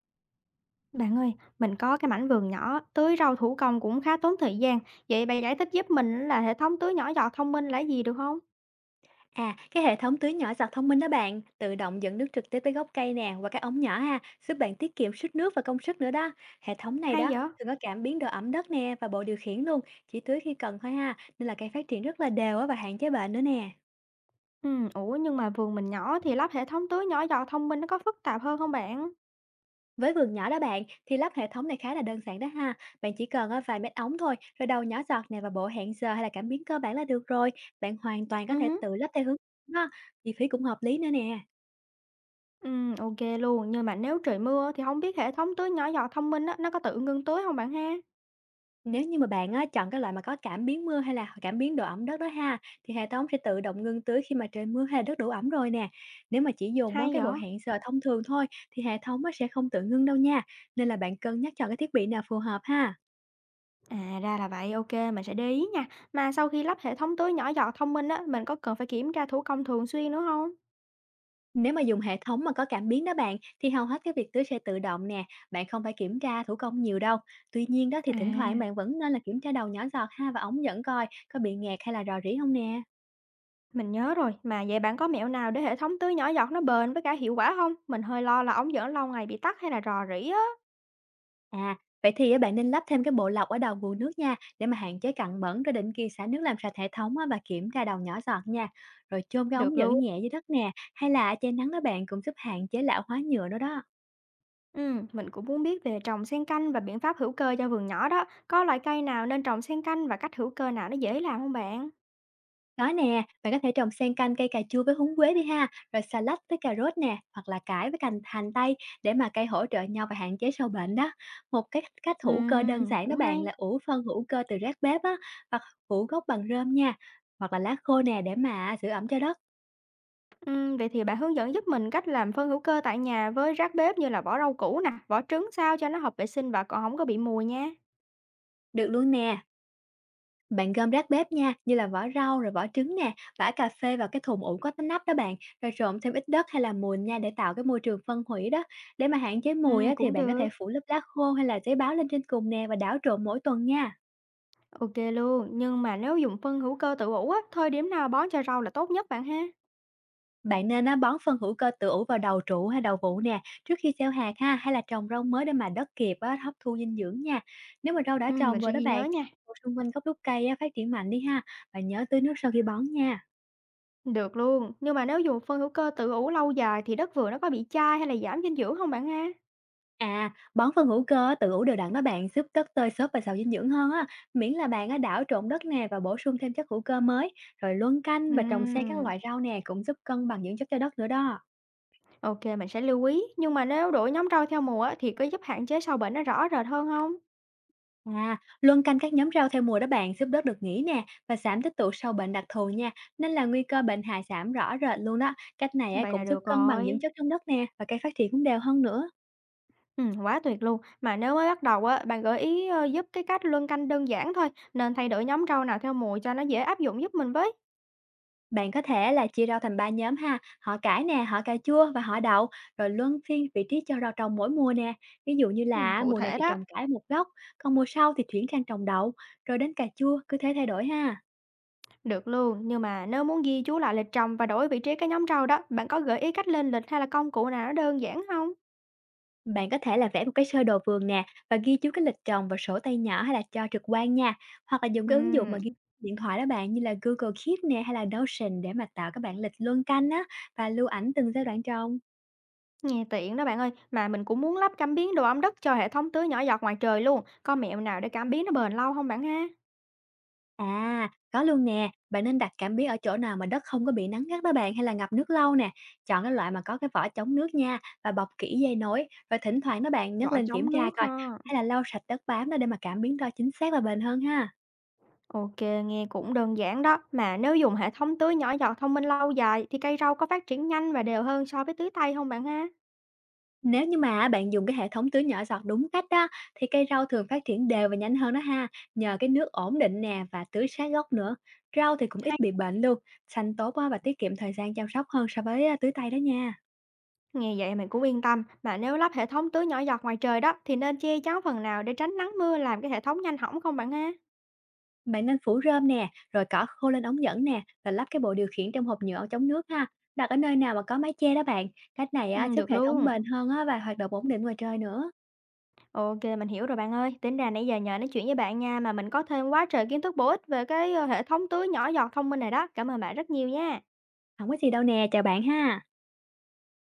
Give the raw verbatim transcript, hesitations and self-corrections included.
Bạn ơi, mình có cái mảnh vườn nhỏ, tưới rau thủ công cũng khá tốn thời gian. Vậy bạn giải thích giúp mình là hệ thống tưới nhỏ giọt thông minh là gì được không? À, cái hệ thống tưới nhỏ giọt thông minh đó bạn, tự động dẫn nước trực tiếp tới gốc cây nè và các ống nhỏ ha, giúp bạn tiết kiệm sức nước và công sức nữa đó. Hệ thống này Hay đó vậy? thường có cảm biến độ ẩm đất nè và bộ điều khiển luôn, chỉ tưới khi cần thôi ha, nên là cây phát triển rất là đều á và hạn chế bệnh nữa nè. Ừ, ủa nhưng mà vườn mình nhỏ thì lắp hệ thống tưới nhỏ giọt thông minh nó có phức tạp hơn không bạn? Với vườn nhỏ đó bạn thì lắp hệ thống này khá là đơn giản đó ha. Bạn chỉ cần á, vài mét ống thôi, rồi đầu nhỏ giọt nè và bộ hẹn giờ hay là cảm biến cơ bản là được rồi. Bạn hoàn toàn có Ừ, thể hứ, tự lắp theo hướng đó, chi phí cũng hợp lý nữa nè. ừ, ok luôn, nhưng mà nếu trời mưa thì không biết hệ thống tưới nhỏ giọt thông minh á, nó có tự ngưng tưới không bạn ha? Nếu như mà bạn á, chọn cái loại mà có cảm biến mưa hay là cảm biến độ ẩm đất đó ha, thì hệ thống sẽ tự động ngưng tưới khi mà trời mưa hay là đất đủ ẩm rồi nè. Nếu mà chỉ dùng á, Hay cái bộ vậy? hẹn giờ thông thường thôi thì hệ thống á, sẽ không tự ngưng đâu nha. Nên là bạn cân nhắc chọn cái thiết bị nào phù hợp ha. À ra là vậy, ok, mình sẽ để ý nha. Mà sau khi lắp hệ thống tưới nhỏ giọt thông minh á, mình có cần phải kiểm tra thủ công thường xuyên nữa không? Nếu mà dùng hệ thống mà có cảm biến đó bạn thì hầu hết cái việc tưới sẽ tự động nè, bạn không phải kiểm tra thủ công nhiều đâu. Tuy nhiên đó thì À. thỉnh thoảng bạn vẫn nên là kiểm tra đầu nhỏ giọt ha và ống dẫn coi có bị nghẹt hay là rò rỉ không nè. Mình nhớ rồi, mà vậy bạn có mẹo nào để hệ thống tưới nhỏ giọt nó bền với cả hiệu quả không? Mình hơi lo là ống dẫn lâu ngày bị tắc hay là rò rỉ á. À, vậy thì á, bạn nên lắp thêm cái bộ lọc ở đầu nguồn nước nha, để mà hạn chế cặn bẩn rồi định kỳ xả nước làm sạch hệ thống á, và kiểm tra đầu nhỏ giọt nha. Rồi chôn cái ống Được dẫn luôn. nhẹ dưới đất nè, hay là che nắng đó bạn cũng giúp hạn chế lão hóa nhựa nữa đó. Ừm, mình cũng muốn biết về trồng xen canh và biện pháp hữu cơ cho vườn nhỏ đó. Có loại cây nào nên trồng xen canh và cách hữu cơ nào nó dễ làm không bạn? Đó nè, bạn có thể trồng xen canh cây cà chua với húng quế đi ha, rồi xà lách với cà rốt nè, hoặc là cải với cành hành tây để mà cây hỗ trợ nhau và hạn chế sâu bệnh đó. Một cái cách hữu cơ đơn Ừm, giản đó cũng hay. bạn là ủ phân hữu cơ từ rác bếp á, hoặc ủ gốc bằng rơm nha, hoặc là lá khô nè để mà giữ ẩm cho đất. Ừm, vậy thì bạn hướng dẫn giúp mình cách làm phân hữu cơ tại nhà với rác bếp như là vỏ rau củ nè, vỏ trứng sao cho nó hợp vệ sinh và còn không có bị mùi nha. Được luôn nè, bạn gom rác bếp nha, như là vỏ rau rồi vỏ trứng nè, vả cà phê vào cái thùng ủ có nắp đó bạn, rồi trộn thêm ít đất hay là mùn nha để tạo cái môi trường phân hủy đó. Để mà hạn chế mùi Ừm, á, thì cũng bạn có được. thể phủ lớp lá khô hay là giấy báo lên trên cùng nè và đảo trộn mỗi tuần nha. Ok luôn, nhưng mà nếu dùng phân hữu cơ tự ủ á, thời điểm nào bón cho rau là tốt nhất bạn ha? Bạn nên á, bón phân hữu cơ tự ủ vào đầu trụ hay đầu vụ nè, trước khi gieo hạt ha, hay là trồng rau mới để mà đất kịp á, hấp thu dinh dưỡng nha. Nếu mà rau đã Ừ, trồng mình rồi sẽ đó ghi nhớ bạn, nha. thì xung quanh gốc đúc cây á, phát triển mạnh đi ha, và nhớ tưới nước sau khi bón nha. Được luôn, nhưng mà nếu dùng phân hữu cơ tự ủ lâu dài thì đất vườn nó có bị chai hay là giảm dinh dưỡng không bạn ha? À, bón phân hữu cơ á, tự ủ đều đặn đó bạn, giúp đất tơi xốp và giàu dinh dưỡng hơn á. Miễn là bạn á, đảo trộn đất nè và bổ sung thêm chất hữu cơ mới, rồi luân canh và trồng xen các Ừm, loại rau nè cũng giúp cân bằng dưỡng chất cho đất nữa đó. ok mình sẽ lưu ý, nhưng mà nếu đổi nhóm rau theo mùa á, thì có giúp hạn chế sâu bệnh nó rõ rệt hơn không? À, luân canh các nhóm rau theo mùa đó bạn, giúp đất được nghỉ nè và giảm tích tụ sâu bệnh đặc thù nha, nên là nguy cơ bệnh hại giảm rõ rệt luôn đó. Cách này á, Vậy là cũng giúp được cân bằng dưỡng rồi. chất trong đất nè và cây phát triển cũng đều hơn nữa. Ừ, quá tuyệt luôn. Mà nếu mới bắt đầu á, bạn gợi ý ờ, giúp cái cách luân canh đơn giản thôi, nên thay đổi nhóm rau nào theo mùa cho nó dễ áp dụng giúp mình với. Bạn có thể là chia rau thành ba nhóm ha, họ cải nè, họ cà chua và họ đậu, rồi luân phiên vị trí cho rau trồng mỗi mùa nè. Ví dụ như Ừ, là cụ mùa này thể thì đó. trồng cải một góc, còn mùa sau thì chuyển sang trồng đậu, rồi đến cà chua cứ thế thay đổi ha. Được luôn, nhưng mà nếu muốn ghi chú lại lịch trồng và đổi vị trí cái nhóm rau đó, bạn có gợi ý cách lên lịch hay là công cụ nào nó đơn giản không? Bạn có thể là vẽ một cái sơ đồ vườn nè và ghi chú cái lịch trồng vào sổ tay nhỏ hay là cho trực quan nha. Hoặc là dùng cái ứng dụng mà Ừm, ghi điện thoại đó bạn như là Google Keep nè hay là Notion để mà tạo các bản lịch luân canh á và lưu ảnh từng giai đoạn trồng. nghe tiện đó bạn ơi, mà mình cũng muốn lắp cảm biến độ ẩm đất cho hệ thống tưới nhỏ giọt ngoài trời luôn. Có mẹo nào để cảm biến nó bền lâu không bạn ha? À, có luôn nè, bạn nên đặt cảm biến ở chỗ nào mà đất không có bị nắng gắt đó bạn hay là ngập nước lâu nè. Chọn cái loại mà có cái vỏ chống nước nha và bọc kỹ dây nối rồi thỉnh thoảng đó bạn nhấc Vỏ lên kiểm chống tra nước coi ha. hay là lau sạch đất bám đó để mà cảm biến đo chính xác và bền hơn ha. Ok, nghe cũng đơn giản đó. Mà nếu dùng hệ thống tưới nhỏ giọt thông minh lâu dài thì cây rau có phát triển nhanh và đều hơn so với tưới tay không bạn ha? Nếu như mà bạn dùng cái hệ thống tưới nhỏ giọt đúng cách đó thì cây rau thường phát triển đều và nhanh hơn đó ha, nhờ cái nước ổn định nè và tưới sát gốc nữa. Rau thì cũng ít bị bệnh luôn, xanh tốt á và tiết kiệm thời gian chăm sóc hơn so với à, tưới tay đó nha. Nghe vậy mình cũng yên tâm, mà nếu lắp hệ thống tưới nhỏ giọt ngoài trời đó thì nên che chắn phần nào để tránh nắng mưa làm cái hệ thống nhanh hỏng không bạn ha? Bạn nên phủ rơm nè, rồi cỏ khô lên ống dẫn nè và lắp cái bộ điều khiển trong hộp nhựa chống nước ha. Đặt ở nơi nào mà có mái che đó bạn. Cách này Ừ, á, giúp được hệ thống luôn. bền hơn á, và hoạt động ổn định ngoài trời nữa. Ok, mình hiểu rồi bạn ơi. Tính ra nãy giờ nhờ nói chuyện với bạn nha mà mình có thêm quá trời kiến thức bổ ích về cái ờ, hệ thống tưới nhỏ giọt thông minh này đó. Cảm ơn bạn rất nhiều nha. Không có gì đâu nè, chào bạn ha.